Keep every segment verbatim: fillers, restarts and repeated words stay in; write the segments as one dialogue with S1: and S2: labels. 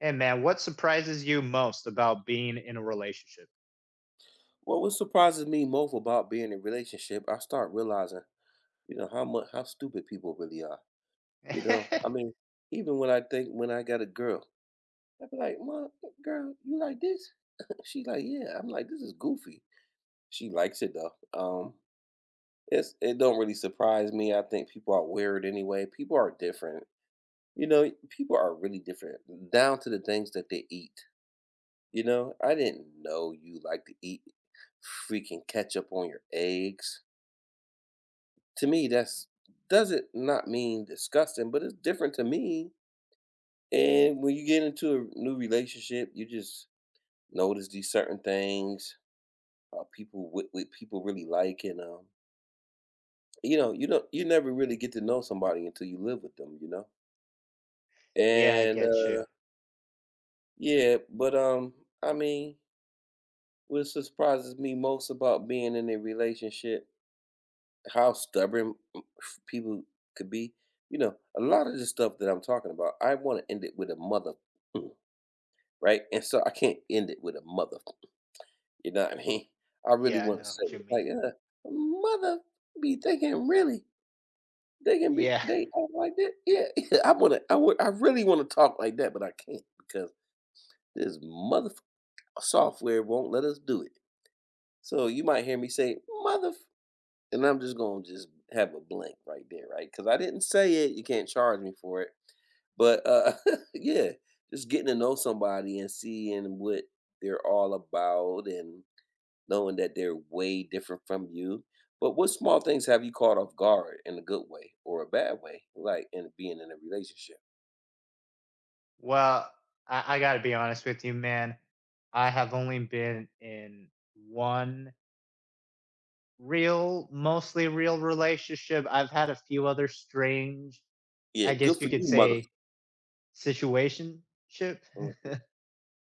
S1: Hey man, what surprises you most about being in a relationship?
S2: Well, what surprises me most about being in a relationship, I start realizing, you know, how much how stupid people really are. You know, I mean, even when I think when I got a girl, I be like, "Mom, girl, you like this?" She's like, "Yeah." I'm like, "This is goofy." She likes it though. Um, it's it don't really surprise me. I think people are weird anyway. People are different. You know, people are really different down to the things that they eat. You know, I didn't know you like to eat freaking ketchup on your eggs. To me, that's doesn't not mean disgusting, but it's different to me. And when you get into a new relationship, you just notice these certain things, uh, people with, with people really like, and um, you know, you don't you never really get to know somebody until you live with them, you know.
S1: Yeah, I
S2: And
S1: get
S2: uh,
S1: you.
S2: yeah, but um, I mean, what surprises me most about being in a relationship, how stubborn people could be. You know, a lot of the stuff that I'm talking about, I want to end it with a mother, mm, right? And so I can't end it with a mother. You know what I mean? I really
S1: Yeah, I
S2: want to
S1: know
S2: say
S1: what you
S2: it like,
S1: mean.
S2: uh, mother, be they can really they can be
S1: Yeah.
S2: they act like that. Yeah, yeah. I want to. I would. I really want to talk like that, but I can't because this mother software won't let us do it. So you might hear me say mother. And I'm just gonna just have a blank right there, right? Because I didn't say it. You can't charge me for it. But uh, yeah, just getting to know somebody and seeing what they're all about and knowing that they're way different from you. But what small things have you caught off guard in a good way or a bad way, like in being in a relationship?
S1: Well, I, I gotta be honest with you, man. I have only been in one real, mostly real relationship. I've had a few other strange,
S2: Yeah,
S1: I guess
S2: good
S1: you
S2: for
S1: could
S2: you,
S1: say,
S2: motherfucker.
S1: situationship.
S2: Hmm.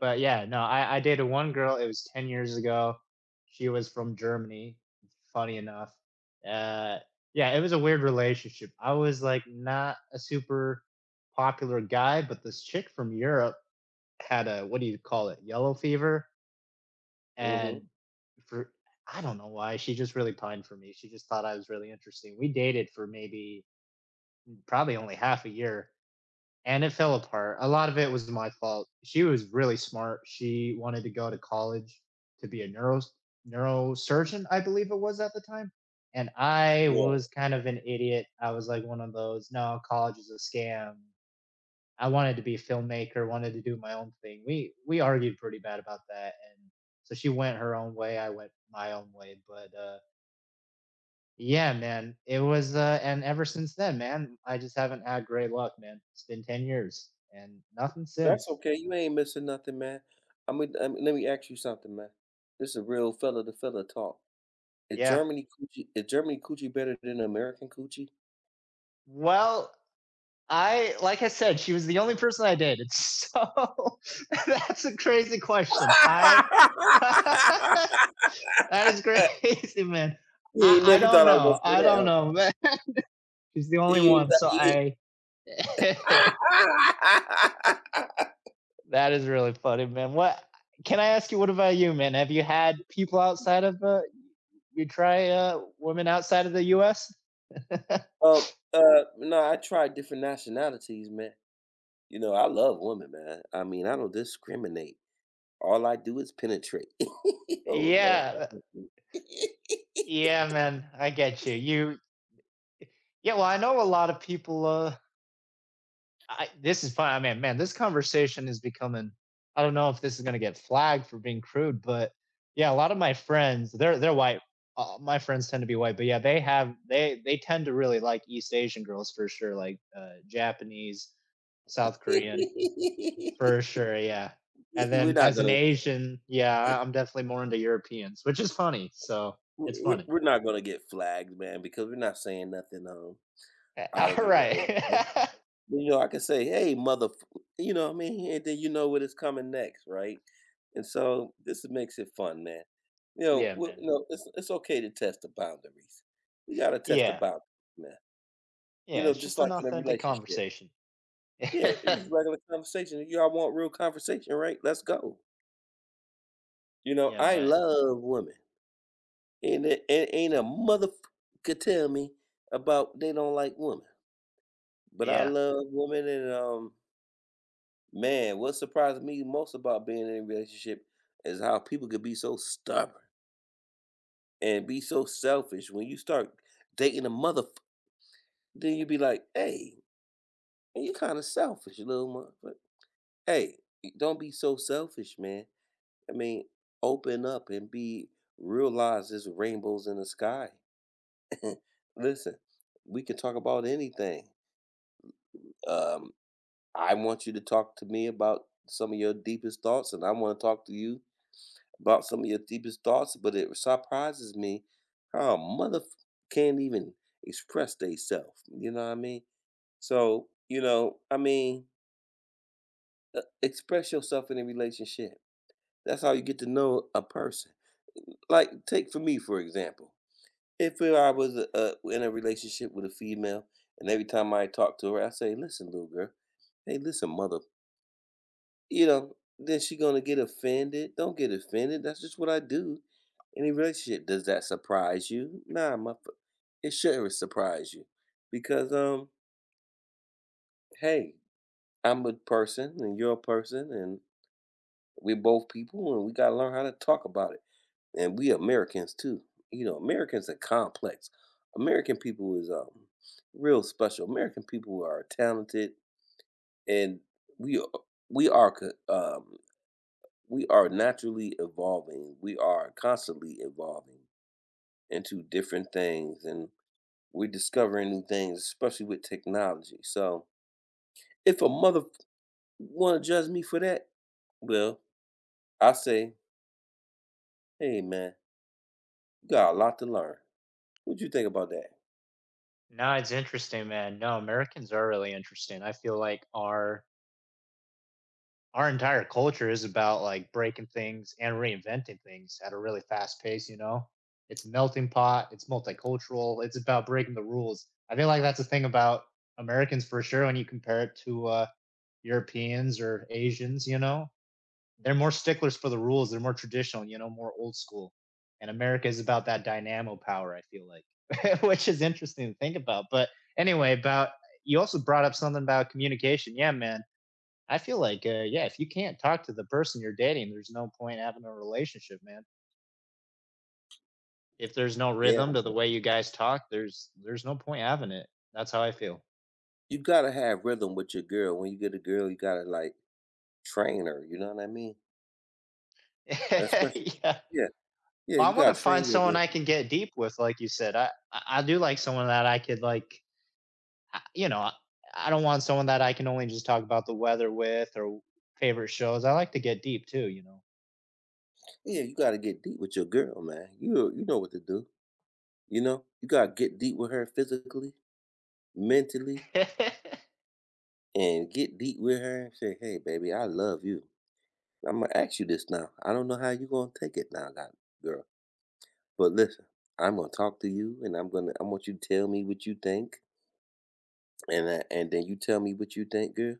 S1: But yeah, no, I, I dated one girl. It was ten years ago. She was from Germany, funny enough. Uh, yeah, it was a weird relationship. I was like not a super popular guy, but this chick from Europe had a, what do you call it, yellow fever.
S2: Hmm.
S1: And for, I don't know why, she just really pined for me. She just thought I was really interesting. We dated for maybe, probably only half a year and it fell apart. A lot of it was my fault. She was really smart. She wanted to go to college to be a neuro neurosurgeon, I believe it was at the time. And I
S2: Yeah,
S1: was kind of an idiot. I was like one of those, no, college is a scam. I wanted to be a filmmaker, wanted to do my own thing. We we argued pretty bad about that and so she went her own way, I went my own way, but uh yeah, man. It was, uh and ever since then, man, I just haven't had great luck, man. It's been ten years and nothing
S2: that's
S1: since.
S2: okay. You ain't missing nothing, man. I mean, I mean, let me ask you something, man. This is real fella to fella talk. Is
S1: Yeah.
S2: Germany coochie is Germany coochie better than American coochie?
S1: Well, I like I said, she was the only person I dated. So that's a crazy question. I that is crazy, man.
S2: You
S1: I,
S2: ain't
S1: I
S2: never
S1: don't
S2: thought I
S1: know.
S2: was gonna
S1: I
S2: say that
S1: don't
S2: out.
S1: know. Man. She's the
S2: You
S1: only
S2: ain't
S1: one. So
S2: thought
S1: I that
S2: you ain't
S1: is really funny, man. What can I ask you? What about you, man? Have you had people outside of uh, you try uh, women outside of the U S?
S2: Um, uh, no, I tried different nationalities, man. You know, I love women, man. I mean, I don't discriminate. All I do is penetrate. Oh Lord.
S1: Yeah,
S2: have mercy.
S1: yeah, man, I get you. You, yeah, well, I know a lot of people. Uh, I, this is fine, I mean, man, this conversation is becoming. I don't know if this is gonna get flagged for being crude, but yeah, a lot of my friends, they're they're white. Uh, my friends tend to be white, but yeah, they have they they tend to really like East Asian girls for sure, like uh, Japanese, South Korean. For sure, yeah. And
S2: We're
S1: then
S2: not
S1: as an
S2: gonna
S1: Asian, yeah, I- I'm definitely more into Europeans, which is funny. So it's
S2: we're
S1: funny.
S2: we're not gonna get flagged, man, because we're not saying nothing um
S1: Uh,
S2: out of
S1: All
S2: the
S1: right.
S2: way, right? You know, I can say, "Hey, mother," you know what I mean? And then you know what is coming next, right? And so this makes it fun, man. You know,
S1: Yeah,
S2: well,
S1: man.
S2: you know, it's it's okay to test the boundaries. You gotta test the
S1: Yeah.
S2: boundaries, man. You
S1: Yeah.
S2: know,
S1: It's
S2: just
S1: just
S2: like
S1: an
S2: in a
S1: authentic
S2: relationship.
S1: conversation.
S2: Yeah, it's just regular conversation. Y'all want real conversation, right? Let's go. You know,
S1: Yeah,
S2: I
S1: man.
S2: love women, and it, it ain't a mother could tell me about they don't like women, but I
S1: Yeah.
S2: love women, and um, man, what surprised me most about being in a relationship is how people could be so stubborn and be so selfish. When you start dating a motherfucker, then you be like, hey, man, you kind of selfish, little motherfucker. Hey, don't be so selfish, man. I mean, open up and be, realize there's rainbows in the sky. Listen, we can talk about anything. Um, I want you to talk to me about some of your deepest thoughts, and I want to talk to you about some of your deepest thoughts, but it surprises me how a mother can't even express theyself. You know what I mean? So, you know, I mean, uh, express yourself in a relationship. That's how you get to know a person. Like, take for me, for example. If I was uh, uh, in a relationship with a female, and every time I talk to her, I say, listen, little girl, hey, listen, mother. You know, then she gonna get offended. Don't get offended. That's just what I do in a relationship. Does that surprise you? Nah, my, fu- It shouldn't surprise you because um, hey, I'm a person and you're a person and we're both people and we gotta learn how to talk about it. And we Americans too. You know, Americans are complex. American people is um real special. American people are talented and we are- we are co- um we are naturally evolving. We are constantly evolving into different things and we're discovering new things, especially with technology. So if a mother wanna judge me for that, well, I say, hey man, you got a lot to learn. What you think about that?
S1: No, it's interesting, man. No, Americans are really interesting. I feel like our our entire culture is about like breaking things and reinventing things at a really fast pace, you know? It's a melting pot, it's multicultural, it's about breaking the rules. I feel like that's the thing about Americans for sure when you compare it to uh, Europeans or Asians, you know? They're more sticklers for the rules, they're more traditional, you know, more old school. And America is about that dynamo power, I feel like, which is interesting to think about. But anyway, about you also brought up something about communication. Yeah, man, I feel like, uh, yeah, if you can't talk to the person you're dating, there's no point having a relationship, man. If there's no
S2: Yeah.
S1: rhythm to the way you guys talk, there's there's no point having it. That's how I feel.
S2: You gotta have rhythm with your girl. When you get a girl, you gotta like train her, you know what I mean? Especially
S1: Yeah.
S2: Yeah. Yeah,
S1: Well,
S2: you
S1: I want to
S2: gotta
S1: find
S2: train your
S1: someone
S2: girl.
S1: I can get deep with, like you said. I I I do like someone that I could like, I- you know, I, I don't want someone that I can only just talk about the weather with or favorite shows. I like to get deep too, you know.
S2: Yeah, you gotta get deep with your girl, man. You you know what to do. You know, you gotta get deep with her physically, mentally, and get deep with her and say, "Hey, baby, I love you. I'm gonna ask you this now. I don't know how you gonna take it now, that girl. But listen, I'm gonna talk to you, and I'm gonna. I want you to tell me what you think, and I, and then you tell me what you think, girl.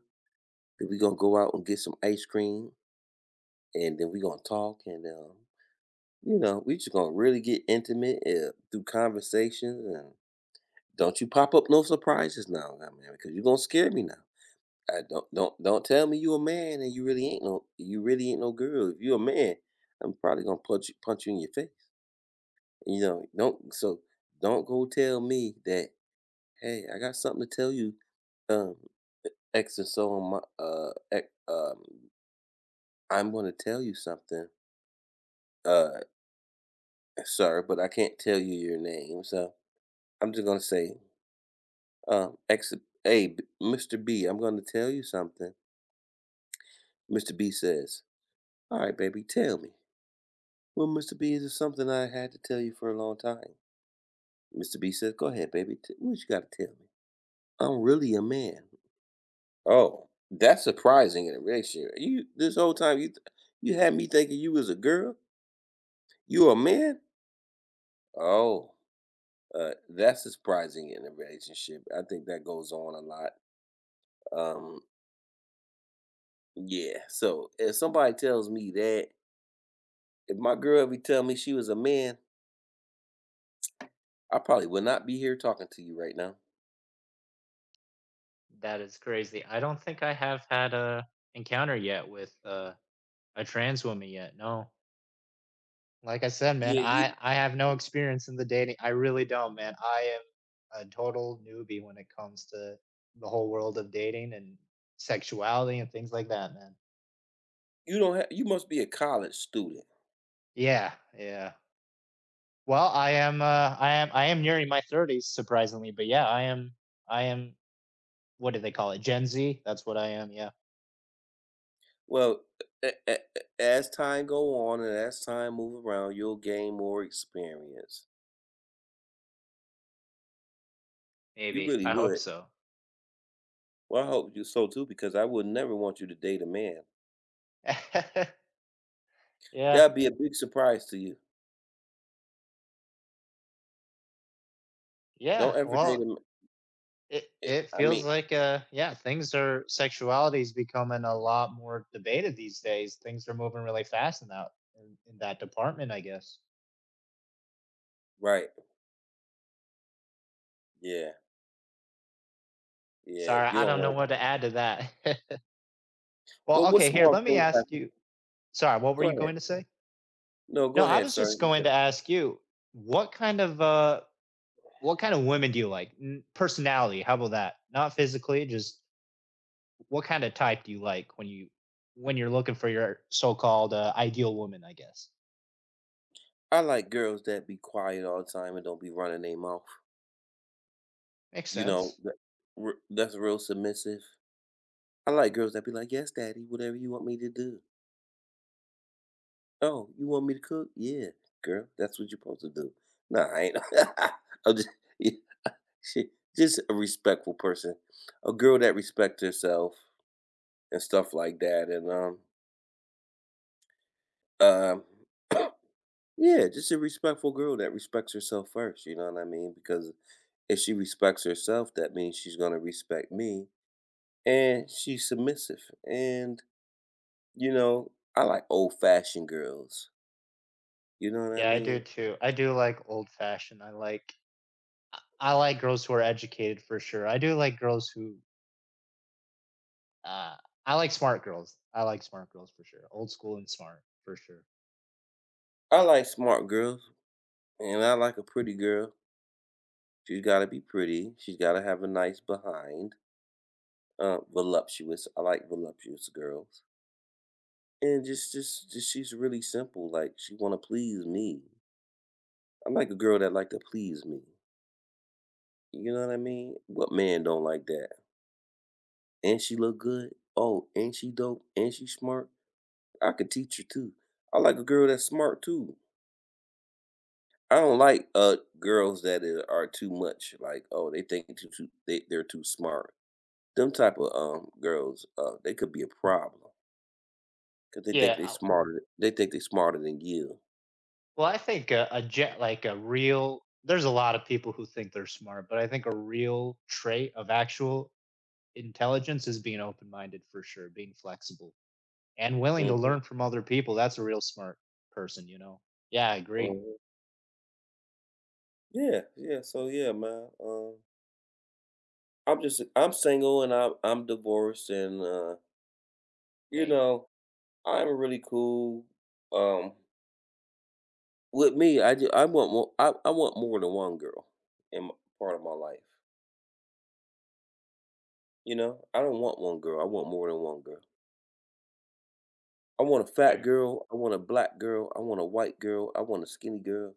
S2: Then we gonna go out and get some ice cream, and then we gonna talk, and um, you know, we just gonna really get intimate uh, through conversations, and don't you pop up no surprises now, I mean, because you're gonna scare me now. I don't don't don't tell me you a man and you really ain't no you really ain't no girl. If you a man, I'm probably gonna punch you punch you in your face. You know, don't so don't go tell me that hey, I got something to tell you, um, X and so on my uh X, um I'm gonna tell you something, uh sir, but I can't tell you your name. So I'm just gonna say, um X hey B- mister B, I'm gonna tell you something. mister B says, all right, baby, tell me. Well, mister B, this is something I had to tell you for a long time. mister B says, go ahead, baby. T- what you got to tell me? I'm really a man. Oh, that's surprising in a relationship. You This whole time, you th- you had me thinking you was a girl? You a man? Oh, uh, that's surprising in a relationship. I think that goes on a lot. Um, yeah, so if somebody tells me that, if my girl ever tell me she was a man, I probably would not be here talking to you right now.
S1: That is crazy. I don't think I have had a encounter yet with uh a trans woman yet. No. Like I said, man,
S2: Yeah,
S1: I I have no experience in the dating. I really don't, man. I am a total newbie when it comes to the whole world of dating and sexuality and things like that, man.
S2: You don't have you must be a college student.
S1: Yeah, yeah. Well, I am uh I am I am nearing my thirties surprisingly, but yeah, I am I am what do they call it? Gen Z? That's what I am, yeah.
S2: Well, a a a as time go on and as time move around, you'll gain more experience. You
S1: Maybe.
S2: really
S1: I hope
S2: would.
S1: so.
S2: Well, I hope you so too because I would never want you to date a man.
S1: Yeah.
S2: That'd be a big surprise to you.
S1: Yeah.
S2: Don't ever date a
S1: Well,
S2: m
S1: It
S2: eh,
S1: it
S2: I
S1: feels
S2: mean,
S1: like, uh yeah, things are sexuality's becoming a lot more debated these days. Things are moving really fast in that in, in that department, I guess.
S2: right. Yeah, yeah,
S1: Sorry,
S2: you
S1: I
S2: don't
S1: don't know
S2: want
S1: what to add to that. Well,
S2: well, what
S1: okay, here,
S2: small
S1: let me
S2: things have
S1: ask you. Sorry, what were
S2: go
S1: you
S2: ahead.
S1: going to say?
S2: No,
S1: No,
S2: go
S1: I
S2: ahead,
S1: was
S2: sir.
S1: just
S2: You
S1: going
S2: can.
S1: to ask you, what kind of uh what kind of women do you like? N- Personality, how about that? Not physically, just what kind of type do you like when you when you're looking for your so-called uh, ideal woman, I guess.
S2: I like girls that be quiet all the time and don't be running their mouth.
S1: Makes
S2: You know,
S1: sense.
S2: that r that's real submissive. I like girls that be like, "Yes, daddy, whatever you want me to do." "Oh, you want me to cook? Yeah, girl, that's what you're supposed to do." Nah, I ain't. I'm just, yeah, she, just a respectful person, a girl that respects herself and stuff like that, and um, um, yeah, just a respectful girl that respects herself first. You know what I mean? Because if she respects herself, that means she's gonna respect me, and she's submissive. And you know, I like old fashioned girls. You know what I
S1: Yeah, I do
S2: mean?
S1: too. I do like old fashioned. I like I like girls who are educated for sure. I do like girls who uh I like smart girls. I like smart girls for sure. Old school and smart for sure.
S2: I like smart girls, and I like a pretty girl. She's gotta be pretty. She's gotta have a nice behind. Uh, voluptuous. I like voluptuous girls. And just, just, just she's really simple. Like she wanna please me. I like a girl that like to please me. You know what I mean? What man don't like that? And she look good. Oh, and she dope. And she smart. I could teach her too. I like a girl that's smart too. I don't like, uh, girls that I are too much, like, oh, they think too too they they're too smart. Them type of, um, girls, uh, they could be a problem because they think
S1: Yeah.
S2: they
S1: I-
S2: smarter they think they smarter than you.
S1: Well, I think a, a jet like a real there's a lot of people who think they're smart, but I think a real trait of actual intelligence is being open-minded for sure, being flexible and willing to
S2: Mhm,
S1: learn from other people. That's a real smart person, you know. Yeah, I agree.
S2: mhm. Yeah, yeah, so, yeah, man, um, I'm just I'm single and I'm I'm divorced and, uh, you
S1: Dang.
S2: know, I'm really cool. Um, with me, I just, I want more. I, I want more than one girl in my, part of my life. You know, I don't want one girl. I want more than one girl. I want a fat
S1: Fair.
S2: girl. I want a black girl. I want a white girl. I want a skinny girl.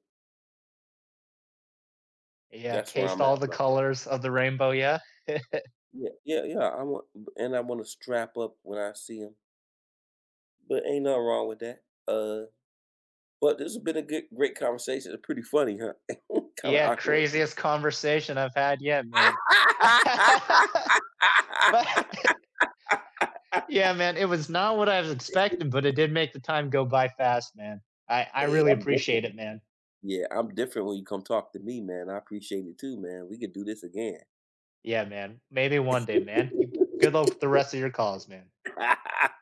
S1: Yeah,
S2: That's where
S1: taste
S2: I'm
S1: all
S2: at,
S1: the
S2: man.
S1: colors of the rainbow. Yeah.
S2: Yeah, yeah, yeah. I want, and I want to strap up when I see him. But ain't nothing wrong with that. Uh, but this has been a good, great conversation. It's pretty funny, huh? Kind of
S1: Yeah,
S2: awkward.
S1: craziest conversation I've had yet, man. But yeah, man, it was not what I was expecting, but it did make the time go by fast, man. I, I
S2: Hey,
S1: really
S2: I'm different.
S1: appreciate it, man.
S2: Yeah, I'm different when you come talk to me, man. I appreciate it too, man. We could do this again.
S1: Yeah, man. Maybe one day, man. You, good luck with the rest of your calls, man.